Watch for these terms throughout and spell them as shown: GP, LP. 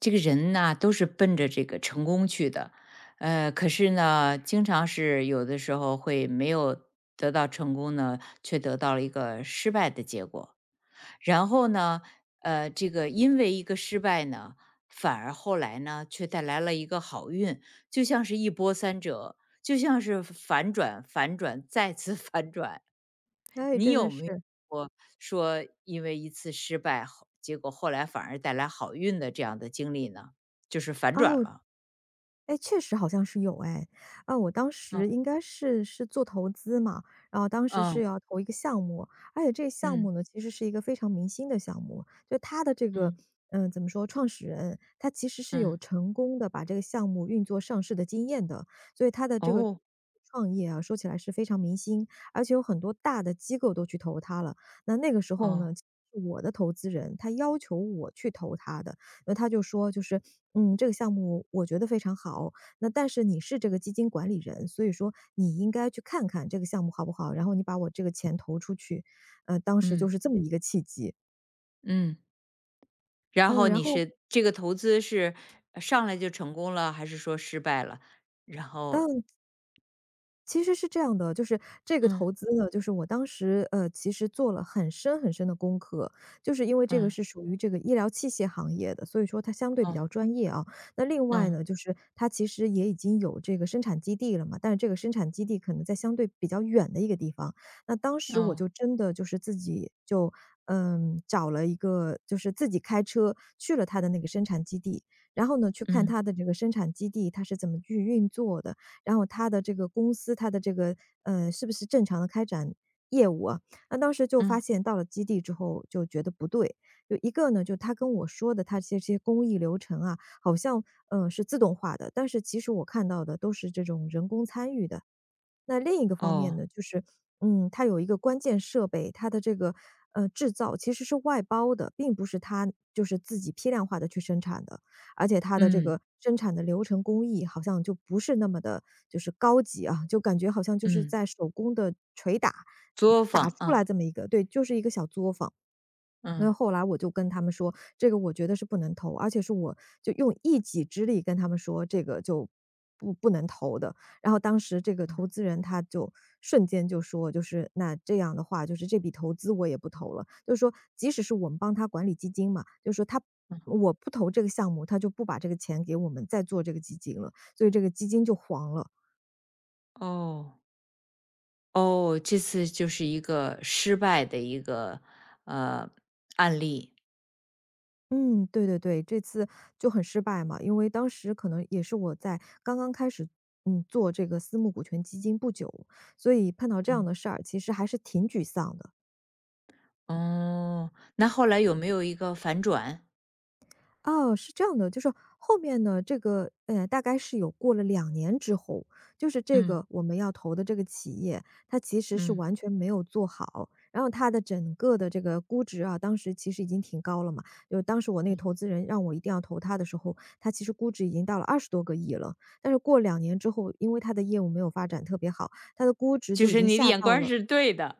这个人呢，都是奔着这个成功去的，可是呢，经常是有的时候会没有得到成功呢，却得到了一个失败的结果。然后呢，这个因为一个失败呢，反而后来呢，却带来了一个好运，就像是一波三折，就像是反转、反转、再次 反转。哎，你真的有没有是。过说因为一次失败后结果后来反而带来好运的这样的经历呢？就是反转哦，了。哎，确实好像是有哎。啊，我当嗯时应该是做投资嘛，然后当时嗯是要投一个项目，而且这个项目嗯呢，其实是一个非常明星的项目。就他的这个，嗯怎么说，创始人，他其实是有嗯，成功的把这个项目运作上市的经验的，所以他的这个哦创业啊，说起来是非常明星，而且有很多大的机构都去投他了。那个时候呢，哦，我的投资人，他要求我去投他的。那他就说就是，这个项目我觉得非常好，那但是你是这个基金管理人，所以说你应该去看看这个项目好不好，然后你把我这个钱投出去。当时就嗯是这么一个契机。嗯。然嗯，后然你后是这个投资是上来就成功了，还是说失败了？然后嗯，其实是这样的，就是这个嗯投资呢，就是我当时，其实做了很深很深的功课，就是因为这个嗯是属于这个医疗器械行业的，所以说它相对比哦较专业啊。那另外嗯呢，就是它其实也已经有这个生产基地了嘛，但是这个生产基地可能在相对比较远的一个地方。那当时我哦就真的就是自己就，找了一个就是自己开车去了它的那个生产基地，然后呢，去看嗯它的这个生产基地它是怎么去运作的，然后他的这个公司，他的这个是不是正常的开展业务啊。那当时就发嗯现到了基地之后就觉得不对，就一个呢，就他跟我说的他这些工艺流程啊，好像，是自动化的，但是其实我看到的都是这种人工参与的。那另一个哦方面呢，就是，它有一个关键设备，它的这个制造其实是外包的，并不是它就是自己批量化的去生产的，而且它的这嗯个生产的流程工艺好像就不是那么的，就是高级啊，就感觉好像就是嗯在手工的捶打作打坊，出来啊这么一个，对，就是一个小作坊。那嗯后来我就跟他们说，这个我觉得是不能投，而且是我就用一己之力跟他们说，这个就不能投的。然后当时这个投资人他就瞬间就说，就是那这样的话，就是这笔投资我也不投了。就是说，即使是我们帮他管理基金嘛，就是说他嗯我不投这个项目，他就不把这个钱给我们再做这个基金了，所以这个基金就黄了。哦。哦，这次就是一个失败的一个呃案例。嗯，对对对，这次就很失败嘛，因为当时可能也是我在刚刚开始，做这个私募股权基金不久，所以碰到这样嗯。的事儿，其实还是挺沮丧的。哦，那后来有没有一个反转？哦，是这样的，就是后面呢，这个大概是有过了两年之后，就是这嗯个我们要投的这个企业，它其实是嗯，完全没有做好，然后它的整个的这个估值啊，当时其实已经挺高了嘛，就是当时我那个嗯。投资人让我一定要投它的时候，它其实估值已经到了20多亿了，但是过两年之后，因为它的业务没有发展特别好，它的估值就就已是经你的下眼到光了。是对的，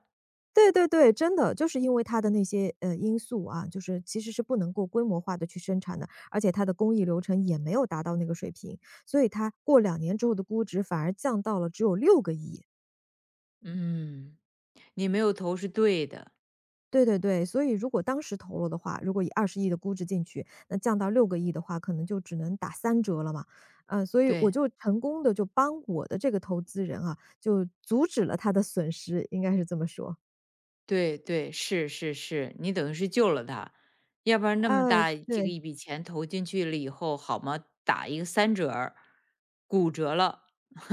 对对对，真的，就是因为它的那些，因素啊，就是其实是不能够规模化的去生产的，而且它的工艺流程也没有达到那个水平，所以它过两年之后的估值反而降到了只有六个亿。嗯，你没有投是对的，对对对，所以如果当时投入的话，如果以20亿的估值进去，那降到六个亿的话，可能就只能打3折了嘛。嗯，所以我对就成功的就帮我的这个投资人啊，就阻止了他的损失，应该是这么说。对对，是是是，你等于是救了他，要不然那么哎，大这个对。一笔钱投进去了以后，好吗？打一个三折儿，骨折了，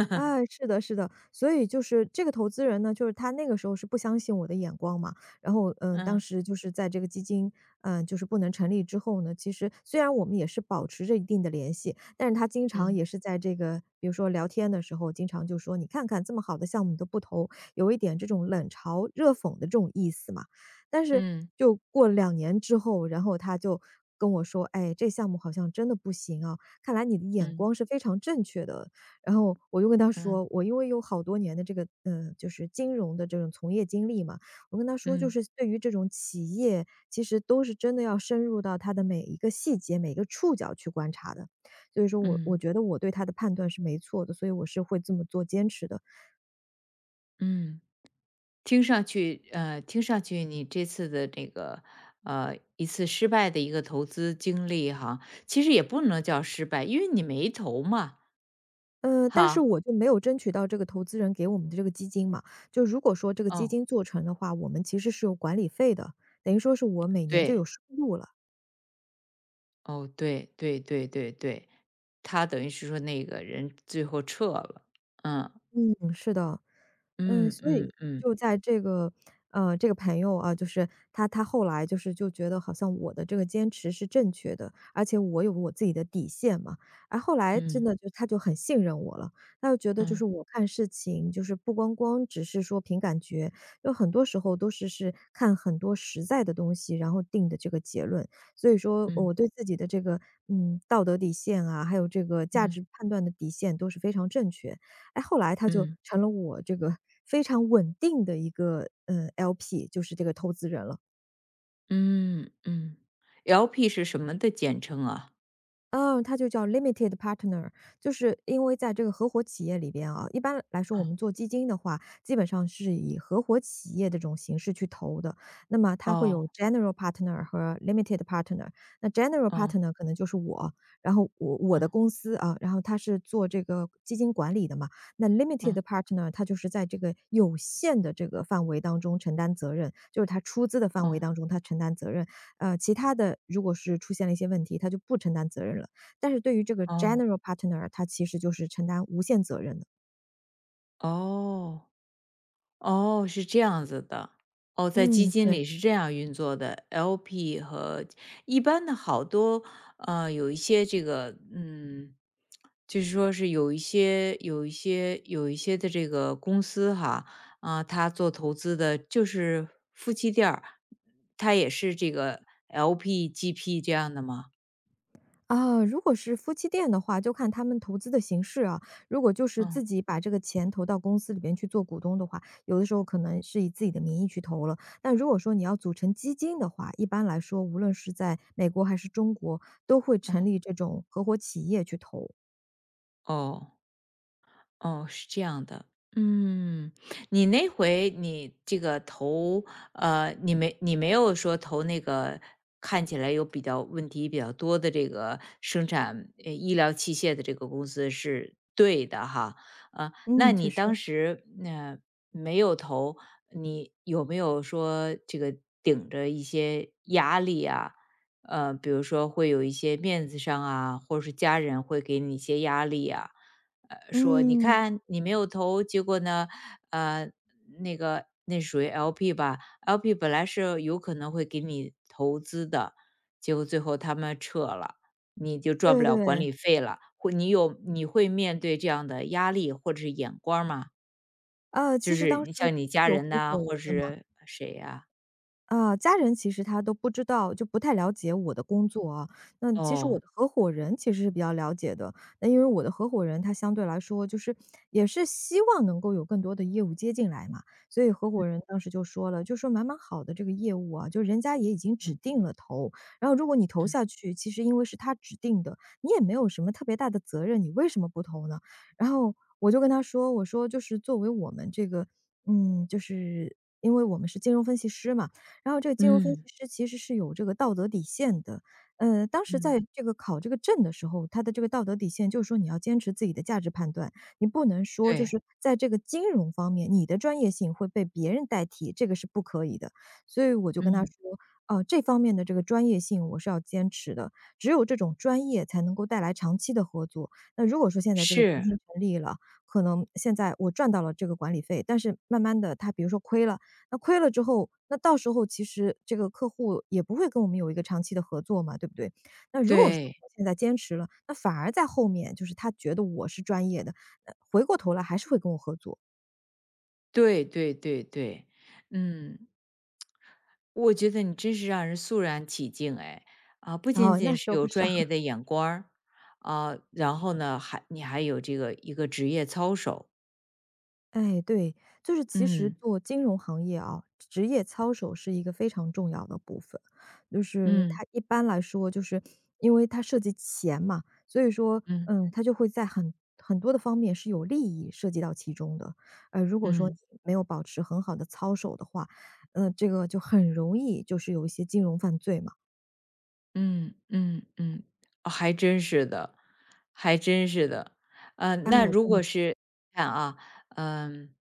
哎，是的，是的，所以就是这个投资人呢，就是他那个时候是不相信我的眼光嘛，然后，当嗯时就是在这个基金，就是不能成立之后呢，其实虽然我们也是保持着一定的联系，但是他经常嗯也是在这个，比如说聊天的时候，经常就说你看看这么好的项目你都不投，有一点这种冷嘲热讽的这种意思嘛。但是嗯就过了两年之后，然后他就跟我说，哎，这项目好像真的不行啊，看来你的眼嗯光是非常正确的，然后我就跟他嗯说，我因为有好多年的这个，就是金融的这种从业经历嘛，我跟他说，就嗯是对于这种企业，其实都是真的要深入到它的每一个细节、每一个触角去观察的。所以说我嗯。觉得我对他的判断是没错的，所以我是会这么做坚持的。嗯，听上去，听上去你这次的这个，一次失败的一个投资经历哈，其实也不能叫失败，因为你没投嘛，哈，但是我就没有争取到这个投资人给我们的这个基金嘛，就如果说这个基哦，金做成的话，我们其实是有管理费的，等于说是我每年就对，有收入了。哦，对，对，对，对，对，他等于是说那个人最后撤了，嗯，嗯，是的。嗯，嗯，所嗯，以就在这个这个朋友啊，就是他后来就是就觉得好像我的这个坚持是正确的，而且我有我自己的底线嘛。而后来真嗯，的就他就很信任我了，他就觉得就嗯，是我看事情就是不光光只是说凭感觉，有很多时候都是看很多实在的东西，然后定的这个结论。所以说我嗯，对自己的这个道德底线啊，还有这个嗯，价嗯，值判断的底线都是非常正确的。哎，后来他就嗯，成了我这个非常稳定的一个，l p 就是这个投资人了。嗯，嗯，LP 是什么的简称啊？嗯，它就叫 limited partner,就是因为在这个合伙企业里边啊，一般来说我嗯，们做基金的话，基本上是以合伙企业的这种形式去投的。那么它会哦，有 general partner 和 limited partner。那 general 哦，partner 可能就是我，然后我哦，的公司啊，然后他是做这个基金管理的嘛。那 哦，limited partner 它就是在这个有限的这个范围当中承担责任，就是他出资的范围哦，当中他承担责任。其他的如果是出现了一些问题，他就不承担责任了。但是对于这个 哦。general partner,他其实就是承担无限责任的。哦，哦，是这样子的。哦，在基嗯，金对。里是这样运作的，LP 和一般的好多有一些这个嗯，就是说是有一些的这个公司哈，啊、他做投资的就是夫妻店儿，他也是这个 LP、GP 这样的吗？啊，如果是夫妻店的话，就看他们投资的形式啊。如果就是嗯自己把这个钱投到公司里边去做股东的话，有的时候可能是以自己的名义去投了。但如果说你要组成基金的话，一般来说，无论是在美国还是中国，都会成嗯，立这种合伙企业去投。哦。哦，是这样的。嗯，你那回你这个投，你没有说投那个看起来有比较问题比较多的这个生产医疗器械的这个公司是对的哈，啊，那嗯，确你当实。时那、没有投，你有没有说这个顶着一些压力啊？比如说会有一些面子上啊，或者是家人会给你一些压力啊？说你嗯，看你没有投，结果呢，呃，那个那属于 LP 吧，LP 本来是有可能会给你投资的，结果最后他们撤了，你就赚不对了管对。理费了，或你有你会面对这样的压力或者是眼光儿吗？就其实是当时你我像你是家有人合呐、伙人或者的嘛，是谁呀、啊，家人其实他都不知道，就不太了解我的工作啊。那其实哦，我的合伙人其实是比较了解的，那因为我的合伙人他相对来说就是也是希望能够有更多的业务接进来嘛。所以合伙人当时就说了，就说蛮好的这个业务啊，就人家也已经指嗯定了投，然后如果你投下嗯去，其实因为是他指定的，你也没有什么特别大的责任，你为什么不投呢？然后我就跟他说，我说就是作为我们这个，就是因为我们是金融分析师嘛。然后这个金融分析嗯师其实是有这个道德底线的。当时嗯，在这个考这个证的时候，他的这个道德底线就是说你要坚持自己的价值判断，你不能说就对，是在这个金融方面，你的专业性会被别人代替，这个是不可以的。所以我就跟他嗯，说，这方面的这个专业性我是要坚持的，只有这种专业才能够带来长期的合作。那如果说现在这个基是，金成立了，可能现在我赚到了这个管理费，但是慢慢的他比如说亏了。那亏了之后，那到时候其实这个客户也不会跟我们有一个长期的合作嘛，对不对？那如果说对我现在坚持了，那反而在后面就是他觉得我是专业的，回过头来还是会跟我合作，对对对对，嗯。我觉得你真是让人肃然起敬哎，啊，不然仅后那仅时是候不有上。专业的眼光儿，啊，然后呢，还你还有这个一个职业操守，哎，对，就是其实嗯，做金融行业啊，职业操守是一个非常重要的部分。就是嗯，它一般来说，就是因为它涉及钱嘛，所以说，嗯，嗯。嗯，它就会在很多的方面是有利益涉及到其中的。如果说嗯你没有保持很好的操守的话，这个就很容易就是有一些金融犯罪嘛。嗯嗯嗯，哦还真是的，还真是的。哎，那如真果是看啊，嗯、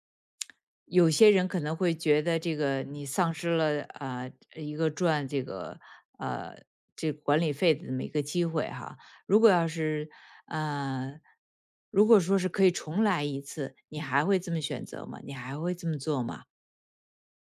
有些人可能会觉得这个你丧失了一个赚这个呃这管理费的这么一个机会哈。如果要是呃，如果说是可以重来一次，你还会这么选择吗？你还会这么做吗？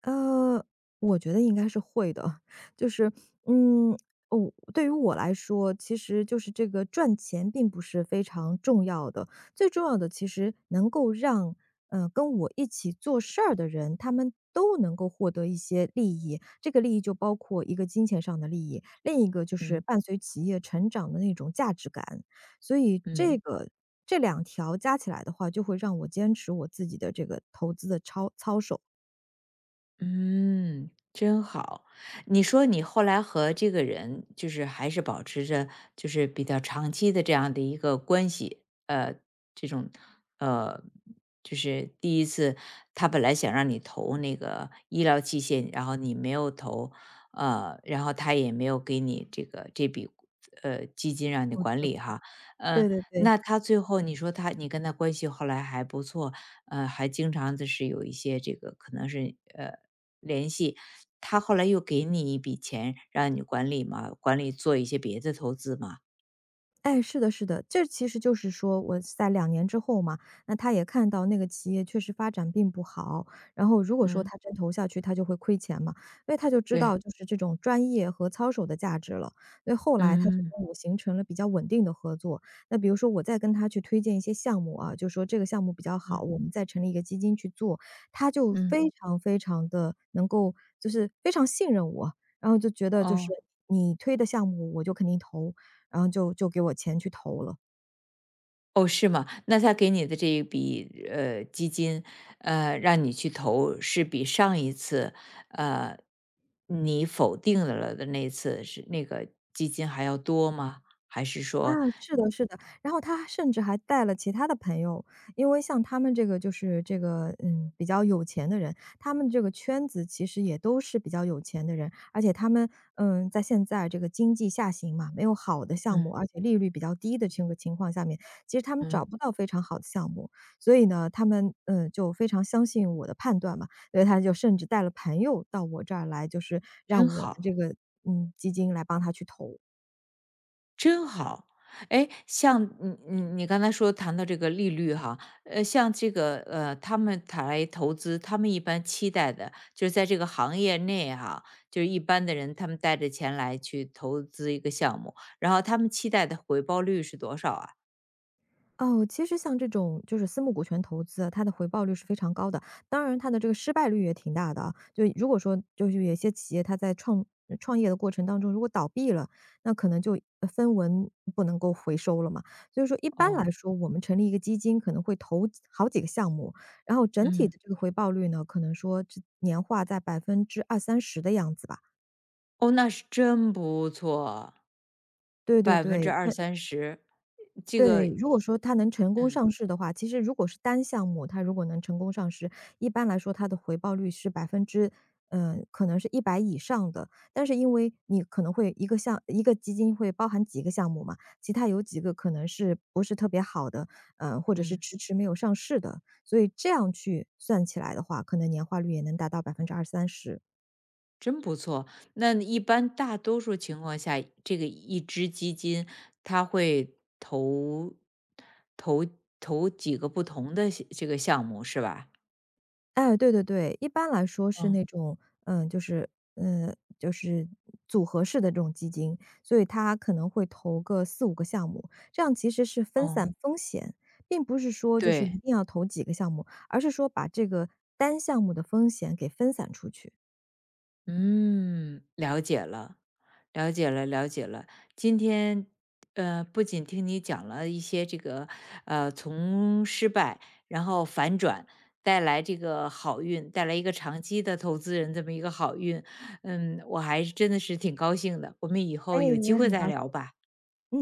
呃，我觉得应该是会的。就是，嗯，哦，对于我来说，其实就是这个赚钱并不是非常重要的，最重要的其实能够让，跟我一起做事儿的人，他们都能够获得一些利益。这个利益就包括一个金钱上的利益，另一个就是嗯伴随企业成长的那种价值感。所以这嗯。个这两条加起来的话，就会让我坚持我自己的这个投资的操守。嗯，真好。你说你后来和这个人就是还是保持着就是比较长期的这样的一个关系，这种呃，就是第一次他本来想让你投那个医疗器械，然后你没有投，然后他也没有给你这个这笔基金让你投管资理哈，对呃，对对，那他最后你说他你跟他关系后来还不错，还经常的是有一些这个可能是联系，他后来又给你一笔钱让你管理嘛，管理做一些别的投资嘛。哎，是的是的，这其实就是说我在2年之后嘛，那他也看到那个企业确实发展并不好，然后如果说嗯，他真投下去，他就会亏钱嘛，所以他就知对，道就是这种专业和操守的价值了。所以后来他就嗯，跟我形成了比较稳定的合作，那比如说我再跟他去推荐一些项目啊，就说这个项目比较好，嗯我们再成立一个基金去做，他就嗯，非常非常的就是非常信任我，然后就觉得就是哦你推的项目我就肯定投，然后就给我钱去投了。哦，是吗？那他给你的这一笔基金，让你去投，是比上一次呃你否定了的那次是那个基金还要多吗？还是啊，说是的是的，然后他甚至还带了其他的朋友，因为像他们这个就是这个，嗯，比较有钱的人，他们这个圈子其实也都是比较有钱的人，而且他们，嗯，在现在这个经济下行嘛，没有好的项目，嗯而且利率比较低的这个情况下面，其实他们嗯。找不到非常好的项目，所以呢，他们，嗯，就非常相信我的判断嘛，所以他就甚至带了朋友到我这儿来，就是让真我们这好？个，嗯，基金来帮他去投。真好。哎，像你你你刚才说谈到这个利率哈，像这个他们谈来投资，他们一般期待的就是在这个行业内哈，就是一般的人他们带着钱来去投资一个项目，然后他们期待的回报率是多少啊？哦，其实像这种就是私募股权投资啊它的回报率是非常高的，当然它的这个失败率也挺大的啊。就如果说就是有一些企业它在创业的过程当中，如果倒闭了，那可能就分文不能够回收了嘛。所以说一般哦。来说，我们成立一个基金可能会投好几个项目，然后整体嗯，的这个回报率呢，可能说这年化在百分之二三十的样子吧。哦，那是真不错对对百分之对，二那三十，这个对，如果说它能成功嗯，上市的话，其实如果是单项目，它如果能成功上市，一般来说它的回报率是百分之，嗯，可能是100%以上的。但是因为你可能会一个基金会包含几个项目嘛，其他有几个可能是不是特别好的，或者是嗯。迟迟没有上市的，所以这样去算起来的话，可能年化率也能达到百分之二三十。真不错。那一般大多数情况下，这个一支基金它会投投投几个不同的这个项目是吧？哎，对对对，一般来说是嗯那种，嗯，就是，嗯，就是组合式的这种基金，所以它可能会投个四五个项目，这样其实是分嗯，散风险，并不是说就是对。一定要投几个项目，而是说把这个单项目的风险给分散出去。嗯，了解了，了解了，了解了。今天，不仅听你讲了一些这个，从失败然后反转带来这个好运，带来一个长期的投资人这么一个好运，嗯，我还是真的是挺高兴的。我们以哎，后有我机也会很高再聊兴，吧。嗯。